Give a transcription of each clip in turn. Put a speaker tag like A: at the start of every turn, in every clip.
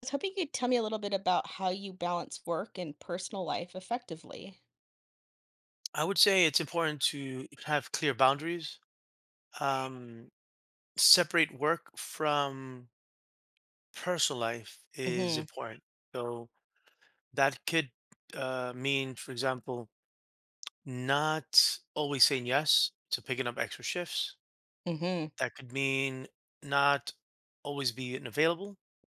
A: Was hoping you could tell me a little bit about how you balance work and personal life effectively.
B: I would say it's important to have clear boundaries. Um, Separate work from personal life is
A: Mhm.
B: important. So that could mean, for example, not always saying yes to picking up extra shifts.
A: Mhm.
B: That could mean not always being available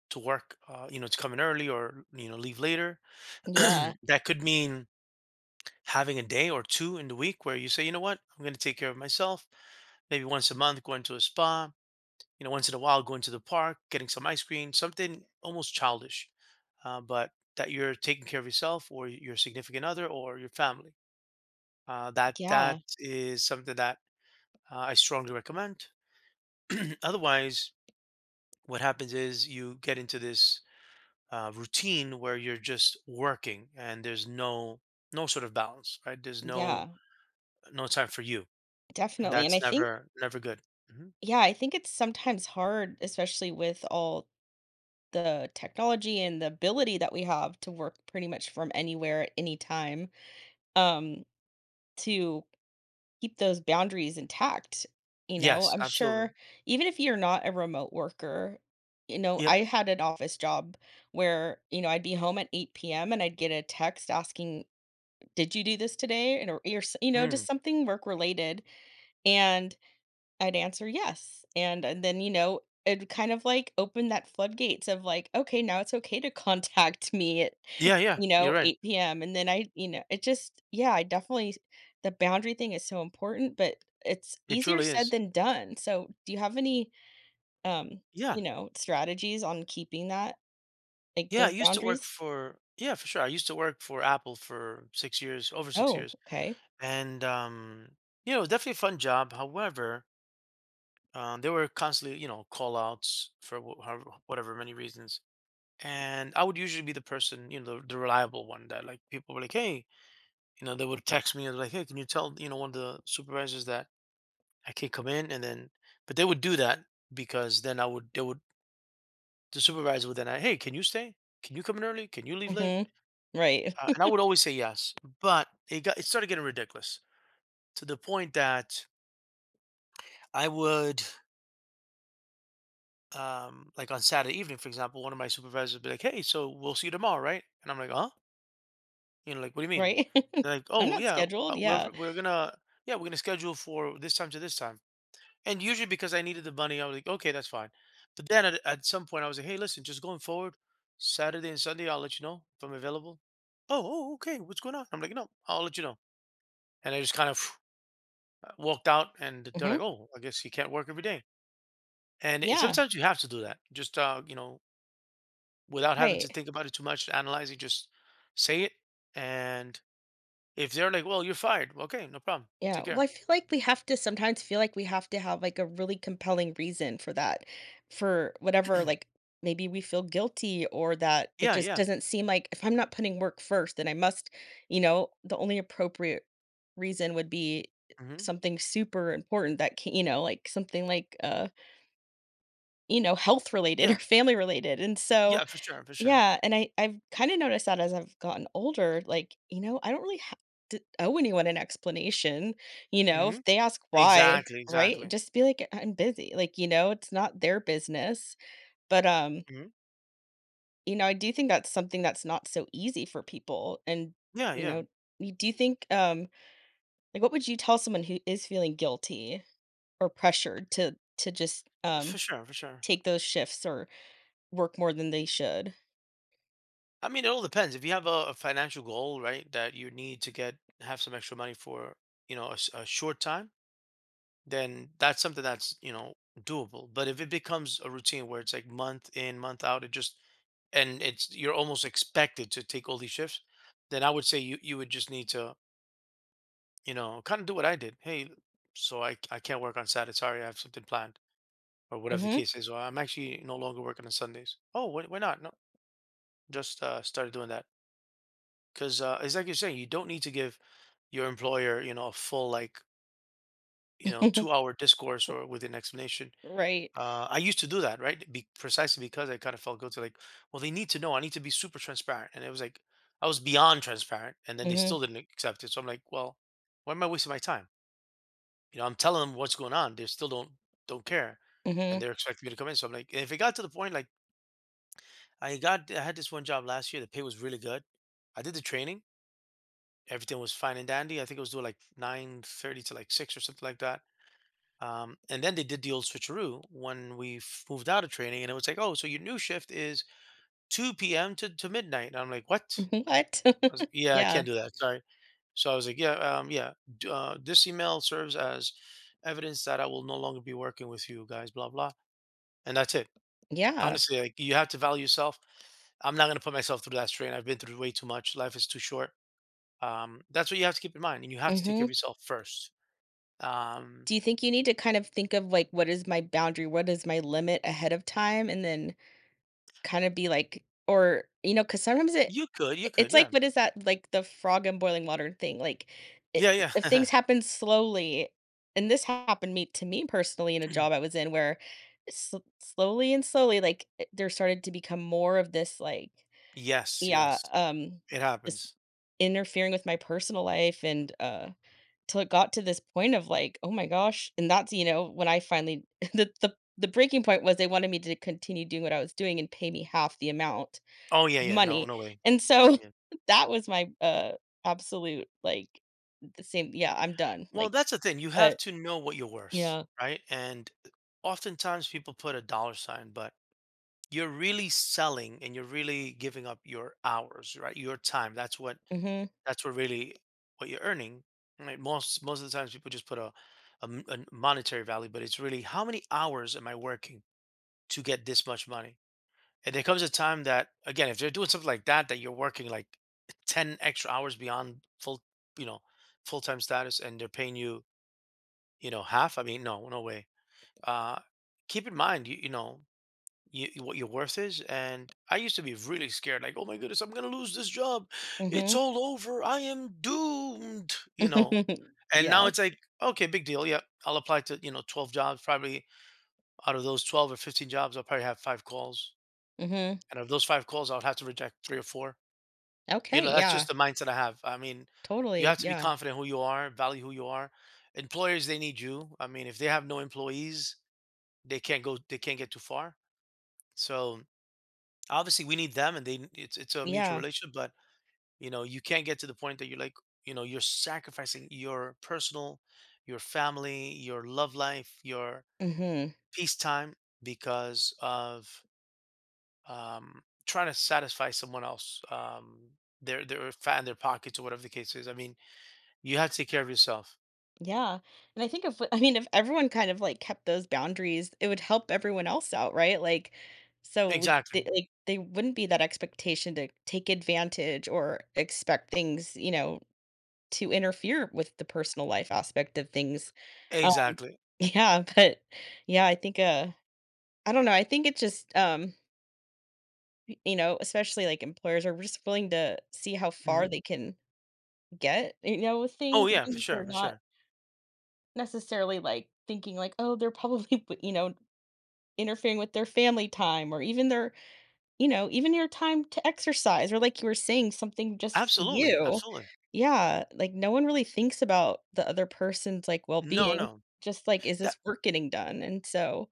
B: to work, to come in early or, you know, leave later.
A: Yeah.
B: That could mean having a day or two in the week where you say, you know what, I'm going to take care of myself. Maybe once a month, going to a spa. You know, once in a while, going to the park, getting some ice cream, something almost childish, but that you're taking care of yourself or your significant other or your family. Uh, that
A: Yeah.
B: that is something that I strongly recommend. Otherwise, what happens is you get into this routine where you're just working and there's no sort of balance, right? There's no
A: Yeah.
B: no time for you. And
A: Definitely. And I
B: that's
A: think
B: never good. Mhm.
A: yeah, I think it's sometimes hard, especially with all the technology and the ability that we have to work pretty much from anywhere at any time, um, to keep those boundaries intact, you know?
B: Yes,
A: I'm
B: absolutely.
A: sure even if you're not a remote worker, you know,
B: Yep.
A: I had an office job where, you know, I'd be home at 8 p.m. and I'd get a text asking, "Did you do this today?" and or s- You know, just
B: Mm.
A: something work related, and I'd answer yes. And then, you know, it kind of like opened that floodgates of like, okay, now it's okay to contact me
B: Yeah, yeah,
A: you
B: you're
A: know,
B: right.
A: 8 p.m., and then I you know, it just yeah, I definitely the boundary thing is so important, but it's
B: It
A: easier
B: truly
A: said
B: is.
A: than done. So do you have any, um,
B: Yeah.
A: you know, strategies on keeping that, like,
B: Yeah, I
A: those
B: used to work
A: boundaries?
B: for yeah, for sure. I used to work for Apple for 6 years, over 6
A: Oh,
B: years.
A: okay.
B: And, you know, it was definitely a fun job. However, there were constantly, you know, call outs for wh however whatever many reasons. And I would usually be the person, you know, the reliable one that like people were like, "Hey," you know, they would text me and like, "Hey, can you tell, you know, one of the supervisors that I can't come in," and then but they would do that because then I would they would the supervisor would then, hey, can you stay? Can you come in early? Can you leave late?
A: Mhm. Right.
B: And I would always say yes, but it started getting ridiculous to the point that I would like on Saturday evening, for example, one of my supervisors would be like, hey, so we'll see you tomorrow, right? And I'm like, huh? You know, like what do you mean?
A: Right.
B: They're like,
A: I'm
B: oh
A: not
B: yeah,
A: scheduled, yeah.
B: we're gonna yeah we're gonna schedule for this time to this time. And usually because I needed the money, I was like, okay, that's fine. But then at some point, I was like, hey, listen, just going forward, Saturday and Sunday, I'll let you know if I'm available. Oh, oh, okay, what's going on? I'm like, no, I'll let you know. And I just kind of walked out, and they're
A: Mhm.
B: like, oh, I guess you can't work every day. And it,
A: Yeah,
B: sometimes you have to do that, just without having to
A: right.
B: think about it too much, analyze it, just say it. And if they're like, well, you're fired, well, okay, no problem, take
A: Yeah, well,
B: care.
A: I feel like we have to sometimes feel like we have to have, like, a really compelling reason for that, for whatever, like, maybe we feel guilty or that it
B: Yeah,
A: just
B: yeah,
A: doesn't seem like if I'm not putting work first, then I must, you know, the only appropriate reason would be
B: hmm,
A: something super important that can, you know, like, something like, you know, health related or
B: yeah,
A: family related. And so
B: yeah, for sure, for sure.
A: yeah, and I've kinda noticed that as I've gotten older, like, you know, I don't really ha d owe anyone an explanation, you know, if
B: Hmm.
A: they ask why,
B: Exactly,
A: right?
B: exactly.
A: Just be like, "I'm busy," like, you know, it's not their business. But,
B: Mhm.
A: you know, I do think that's something that's not so easy for people. And,
B: Yeah,
A: you
B: yeah,
A: know, y do you think, like, what would you tell someone who is feeling guilty or pressured to just,
B: for sure, for sure.
A: take those shifts or work more than they should?
B: I mean, it all depends. If you have a financial goal, right, that you need to get have some extra money for, you know, a short time, then that's something that's you know doable. But if it becomes a routine where it's like month in, month out, it just and it's you're almost expected to take all these shifts, then I would say you would just need to you know kind of do what I did. Hey, so I can't work on Saturday. Sorry, I have something planned or whatever the
A: Mhm.
B: case is. Or I'm actually no longer working on Sundays. Oh, why not? No, just started doing that. Because it's like you're saying, you don't need to give your employer, you know, a full like, you know, two hour discourse or with an explanation.
A: Right.
B: I used to do that, right? Precisely because I kind of felt guilty, like, well, they need to know. I need to be super transparent, and it was like I was beyond transparent, and then they
A: Mhm,
B: still didn't accept it. So I'm like, well, why am I wasting my time? You know, I'm telling them what's going on. They still don't care, and
A: mhm.
B: they're expecting me to come in. So I'm like, if it got to the point, like I had this one job last year. The pay was really good. I did the training. Everything was fine and dandy. I think it was due like 9:30 to like six or something like that. And then they did the old switcheroo when we moved out of training, and it was like, oh, so your new shift is two p.m. to midnight. And I'm like, what? I was like,
A: What?
B: yeah, I
A: Yeah.
B: can't do that. Sorry. So I was like, this email serves as evidence that I will no longer be working with you guys. Blah blah. And that's it.
A: Yeah.
B: Honestly, like you have to value yourself. I'm not gonna put myself through that strain. I've been through way too much. Life is too short. That's what you have to keep in mind, and you have to take care of
A: Mhm.
B: yourself first. Um,
A: Do you think you need to kind of think of, like, what is my boundary? What is my limit ahead of time? And then kinda be like, or, you know, because sometimes it,
B: you could, you could,
A: it's
B: yeah.
A: like, what is that, like, the frog in boiling water thing, like, I
B: Yeah, yeah.
A: if things happen slowly, and this happened me to me personally in a job I was in where, s slowly and slowly, like, eh, there started to become more of this, like,
B: Yes,
A: yeah,
B: yes. It
A: this
B: happens.
A: interfering with my personal life and, till it got to this point of like, "Oh my gosh." And that's, you know, when I finally the breaking point was they wanted me to continue doing what I was doing and pay me half the amount
B: Oh, yeah,
A: of
B: yeah. No,
A: money.
B: no way.
A: And so
B: Yeah.
A: that was my, absolute, like, the same, I'm done,
B: Well,
A: like,
B: that's the thing. You
A: but
B: have to know what you're worth,
A: yeah.
B: right? And oftentimes people put a dollar sign, but you're really selling and you're really giving up your hours, right? Your time. That's what
A: Mhm,
B: that's what you're earning. Right? Most of the times people just put a monetary value, but it's really how many hours am I working to get this much money? And there comes a time that, again, if they're doing something like that, that you're working like 10 extra hours beyond full, you know, full time status and they're paying you, you know, half. I mean, no, no way. Uh, Keep in mind, what your worth is. And I used to be really scared, like, oh my goodness, I'm going to lose this job. It's
A: mhm.
B: all over. I am doomed, you know. And now
A: Yeah,
B: it's like, okay, big deal. Yeah, I'll apply to, you know, 12 jobs. Probably out of those 12 or 15 jobs, I'll probably have 5 calls.
A: mhm.
B: And of those 5 calls, I will have to reject three or four. You
A: Okay,
B: know, that's
A: yeah,
B: just the mindset I have. I mean, you
A: totally,
B: have to be
A: yeah,
B: confident who you are, value who you are. Employers, they need you. I mean, if they have no employees, they can't get too far. So obviously, we need them, and they it's a mutual
A: yeah,
B: relationship. But you know, you can't get to the point that you're like, you know, you're sacrificing your personal, your family, your love life, your
A: mhm.
B: peace time because of trying to satisfy someone else, their fat in their pockets or whatever the case is. I mean, you have to take care of yourself.
A: Yeah. And I think if, I mean, if everyone kind of like kept those boundaries, it would help everyone else out, right? Like, so we
B: Exactly,
A: they, like, they wouldn't be that expectation to take advantage or expect things, you know, to interfere with the personal life aspect of things. Um,
B: exactly.
A: yeah, but yeah, I think I don't know, I think it just you know, especially like employers are just willing to see how far
B: Mhm.
A: they can get, you know, with
B: Oh,
A: things,
B: yeah, for
A: even if
B: sure,
A: they're
B: for
A: not
B: sure.
A: necessarily like thinking like, oh, they're probably, you know, interfering with their family time or even their, you know, even your time to exercise or like you were saying, something just for
B: Absolutely,
A: you.
B: absolutely.
A: Yeah. Like no one really thinks about the other person's like well
B: No,
A: being,
B: no.
A: just like, is
B: That
A: this work getting done? And so,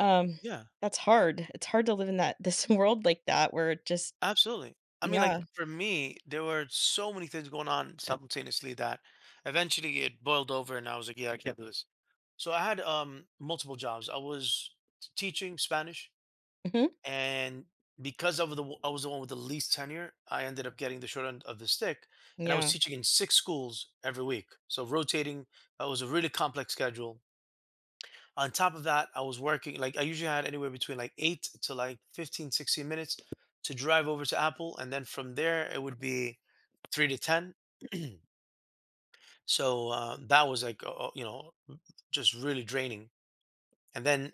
A: um,
B: yeah,
A: that's hard. It's hard to live in that this world like that where it just,
B: absolutely. I mean, like,
A: yeah.
B: for me, there were so many things going on simultaneously that eventually it boiled over and I was like, "Yeah, I can't do this." So I had, multiple jobs. I was t teaching Spanish.
A: Hmm.
B: And because of the I was the one with the least tenure, I ended up getting the short end of the stick, and I was
A: Yeah.
B: teaching in 6 schools every week. So rotating, that was a really complex schedule. On top of that, I was working like I usually had anywhere between like eight to like 15, 16 minutes to drive over to Apple, and then from there it would be three to ten. So that was like you know, just really draining. And then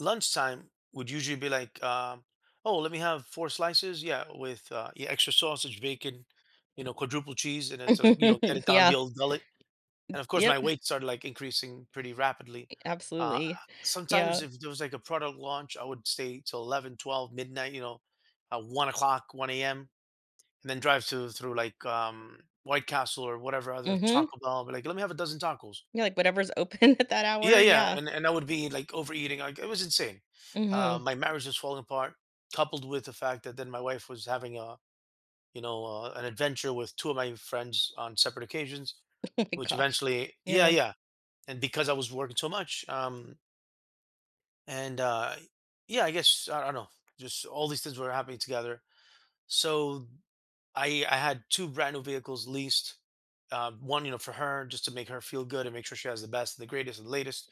B: lunchtime would usually be like, oh, let me have four slices, yeah, with yeah, extra sausage, bacon, you know, quadruple cheese, and it's like you know, get it down the
A: Yeah.
B: old gullet. And of course, my
A: Yep.
B: weight started like increasing pretty rapidly. Uh,
A: Absolutely. Yeah.
B: Sometimes if there was like a product launch, I would stay till 11, 12, midnight, you know, 1 o'clock, one a.m., and then drive to through like White Castle or whatever other
A: Hmm.
B: Taco Bell. But like, let me have a dozen tacos.
A: Yeah. Like whatever's open at that hour.
B: Yeah, yeah,
A: Yeah.
B: and I would be like overeating. Like it was insane.
A: Mhm.
B: My marriage was falling apart, coupled with the fact that then my wife was having a an adventure with two of my friends on separate occasions,
A: Oh my
B: which
A: gosh.
B: eventually, yeah,
A: Yeah.
B: yeah, and because I was working so much, and yeah, I guess I don't know, just all these things were happening together. So I had two brand new vehicles leased, one, you know, for her just to make her feel good and make sure she has the best, the greatest and the latest.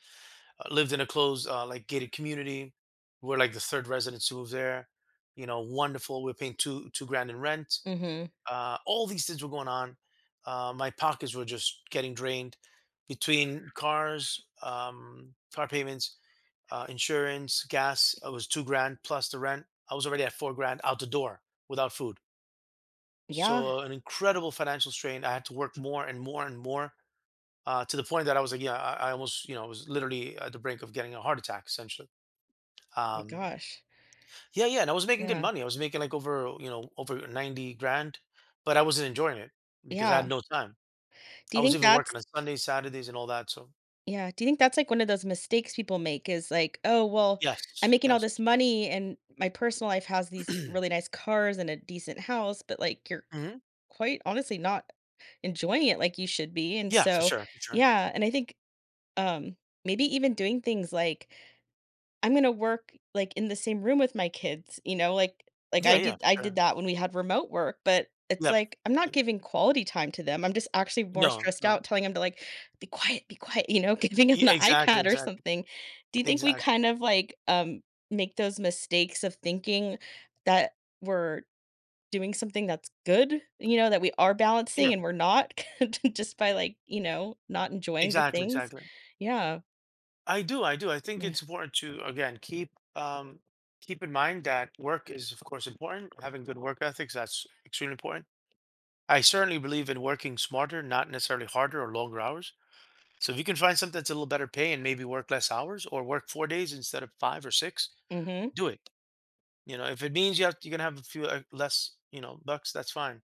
B: Uh, Lived in a closed, like gated community. We're like the third residents who moved there. You know, wonderful. We are paying two grand in rent.
A: Mhm.
B: All these things were going on. My pockets were just getting drained between cars, car payments, insurance, gas. It was two grand plus the rent. I was already at four grand out the door without food.
A: Yeah.
B: So an incredible financial strain. I had to work more and more and more, to the point that I was like, yeah, I almost, you know, was literally at the brink of getting a heart attack essentially.
A: My
B: Um,
A: gosh.
B: yeah, yeah, and I was making good
A: Yeah.
B: money. I was making like over, you know, over 90 grand, but I wasn't enjoying it because I had
A: Yeah.
B: no time.
A: Do
B: I
A: you
B: was
A: think
B: even
A: that's
B: working on Sundays, Saturdays, and all that. So
A: yeah, do you think that's, like, one of those mistakes people make is like, "Oh, well, I'm
B: yes,
A: making all
B: yes.
A: this money and my personal life has these really nice cars and a decent house," but, like, you're
B: Hmm.
A: quite honestly not enjoying it like you should be. And
B: Yeah, for
A: so
B: sure, for sure.
A: yeah, and I think, um, maybe even doing things like I'm gonna work, like, in the same room with my kids, you know, like,
B: Yeah,
A: I
B: yeah,
A: did I
B: for
A: did
B: sure.
A: that when we had remote work, but it's
B: Yep.
A: like, I'm not
B: Yep.
A: giving quality time to them, I'm just actually more
B: No,
A: stressed out
B: no.
A: telling them to, like, be quiet," you know, giving them the
B: Exactly,
A: iPad or
B: exactly,
A: something. Do you think we
B: exactly.
A: kind of, like, make those mistakes of thinking that we're doing something that's good, you know, that we are balancing
B: Yeah,
A: and we're not just by, like, you know, not enjoying the
B: exactly,
A: things?
B: exactly.
A: Yeah.
B: I do, I do. I think
A: Mm.
B: it's important to again keep keep in mind that work is of course important. Having good work ethics, that's extremely important. I certainly believe in working smarter, not necessarily harder or longer hours. So if you can find something that's a little better pay and maybe work less hours or work four days instead of five or six,
A: Mhm.
B: do it. You know, if it means you have, you're gonna have a few less, you know, bucks, that's fine.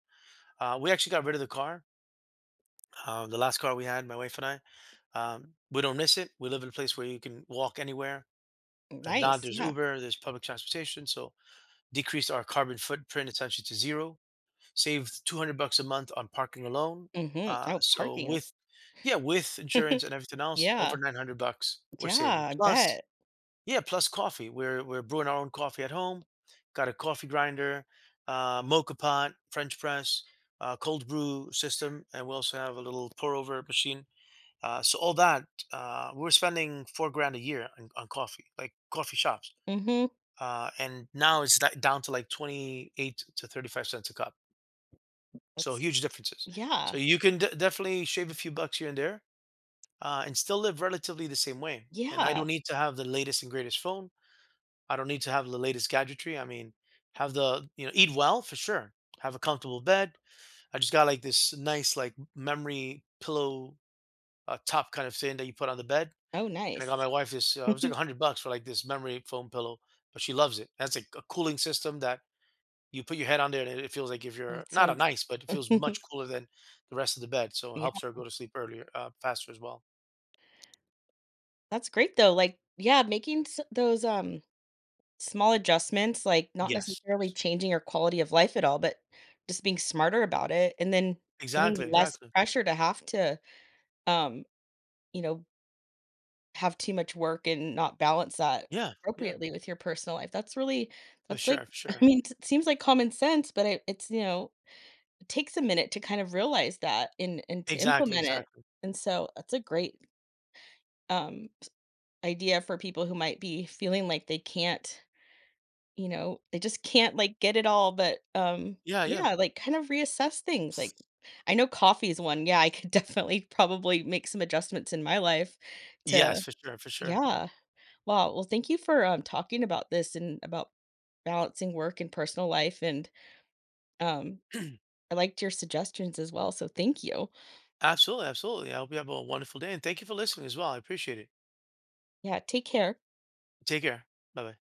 B: We actually got rid of the car, the last car we had, my wife and I. We don't miss it. We live in a place where you can walk anywhere. If not,
A: Nice,
B: there's
A: yeah.
B: Uber, there's public transportation. So decreased our carbon footprint essentially to zero, saved 200 bucks a month on parking alone.
A: Mhm.
B: Uh,
A: Oh,
B: so
A: parking.
B: with, yeah, with insurance and everything else, over
A: Yeah.
B: 900 bucks we're
A: Yeah,
B: saving.
A: I
B: Plus,
A: bet.
B: yeah, plus coffee. We're brewing our own coffee at home. Got a coffee grinder, mocha pot, French press, cold brew system, and we also have a little pour over machine. So all that, we're spending four grand a year on coffee, like coffee shops.
A: Mhm.
B: And now it's down to like 28 to 35 cents a cup. So
A: That's
B: huge differences. So
A: yeah.
B: you can definitely shave a few bucks here and there, and still live relatively the same way. And I don't
A: Yeah.
B: need to have the latest and greatest phone. I don't need to have the latest gadgetry. I mean, have the, you know, eat well for sure. Have a comfortable bed. I just got like this nice, like memory pillow top kind of thing that you put on the bed.
A: Oh,
B: And I got
A: nice.
B: my wife this, it was like a hundred bucks for like this memory foam pillow, but she loves it. That's like a cooling system that you put your head on there and it feels like if you're
A: That
B: not a
A: sounds
B: nice, but it feels much cooler than the rest of the bed. So it
A: Yeah,
B: helps her go to sleep earlier, faster as well.
A: that's great though, like yeah, making s those, small adjustments, like, not
B: Yes,
A: necessarily
B: yes.
A: changing your quality of life at all, but just being smarter about it and then feeling
B: Exactly,
A: less
B: exactly.
A: pressure to have to, um, you know, have too much work and not balance that
B: Yeah, yeah,
A: appropriately with your personal life. That's really
B: for
A: that's,
B: sure, for
A: I
B: sure.
A: mean, it seems like common sense, but it, it's, you know, it takes a minute to kind of realize that and to
B: Exactly,
A: implement it.
B: exactly.
A: And so that's a great um idea for people who might be feeling like they can't, you know, they just can't like get it all. But
B: Yeah, yeah.
A: yeah, like kind of reassess things. Like, I know coffee is one. Yeah, I could definitely probably make some adjustments in my life to
B: Yes, for sure, for sure.
A: yeah. Wow. Well, thank you for talking about this and about balancing work and personal life. And um, I liked your suggestions as well. So thank you.
B: Absolutely, absolutely. I hope you have a wonderful day and thank you for listening as well. I appreciate it.
A: Yeah. Take care.
B: Take care. Bye bye.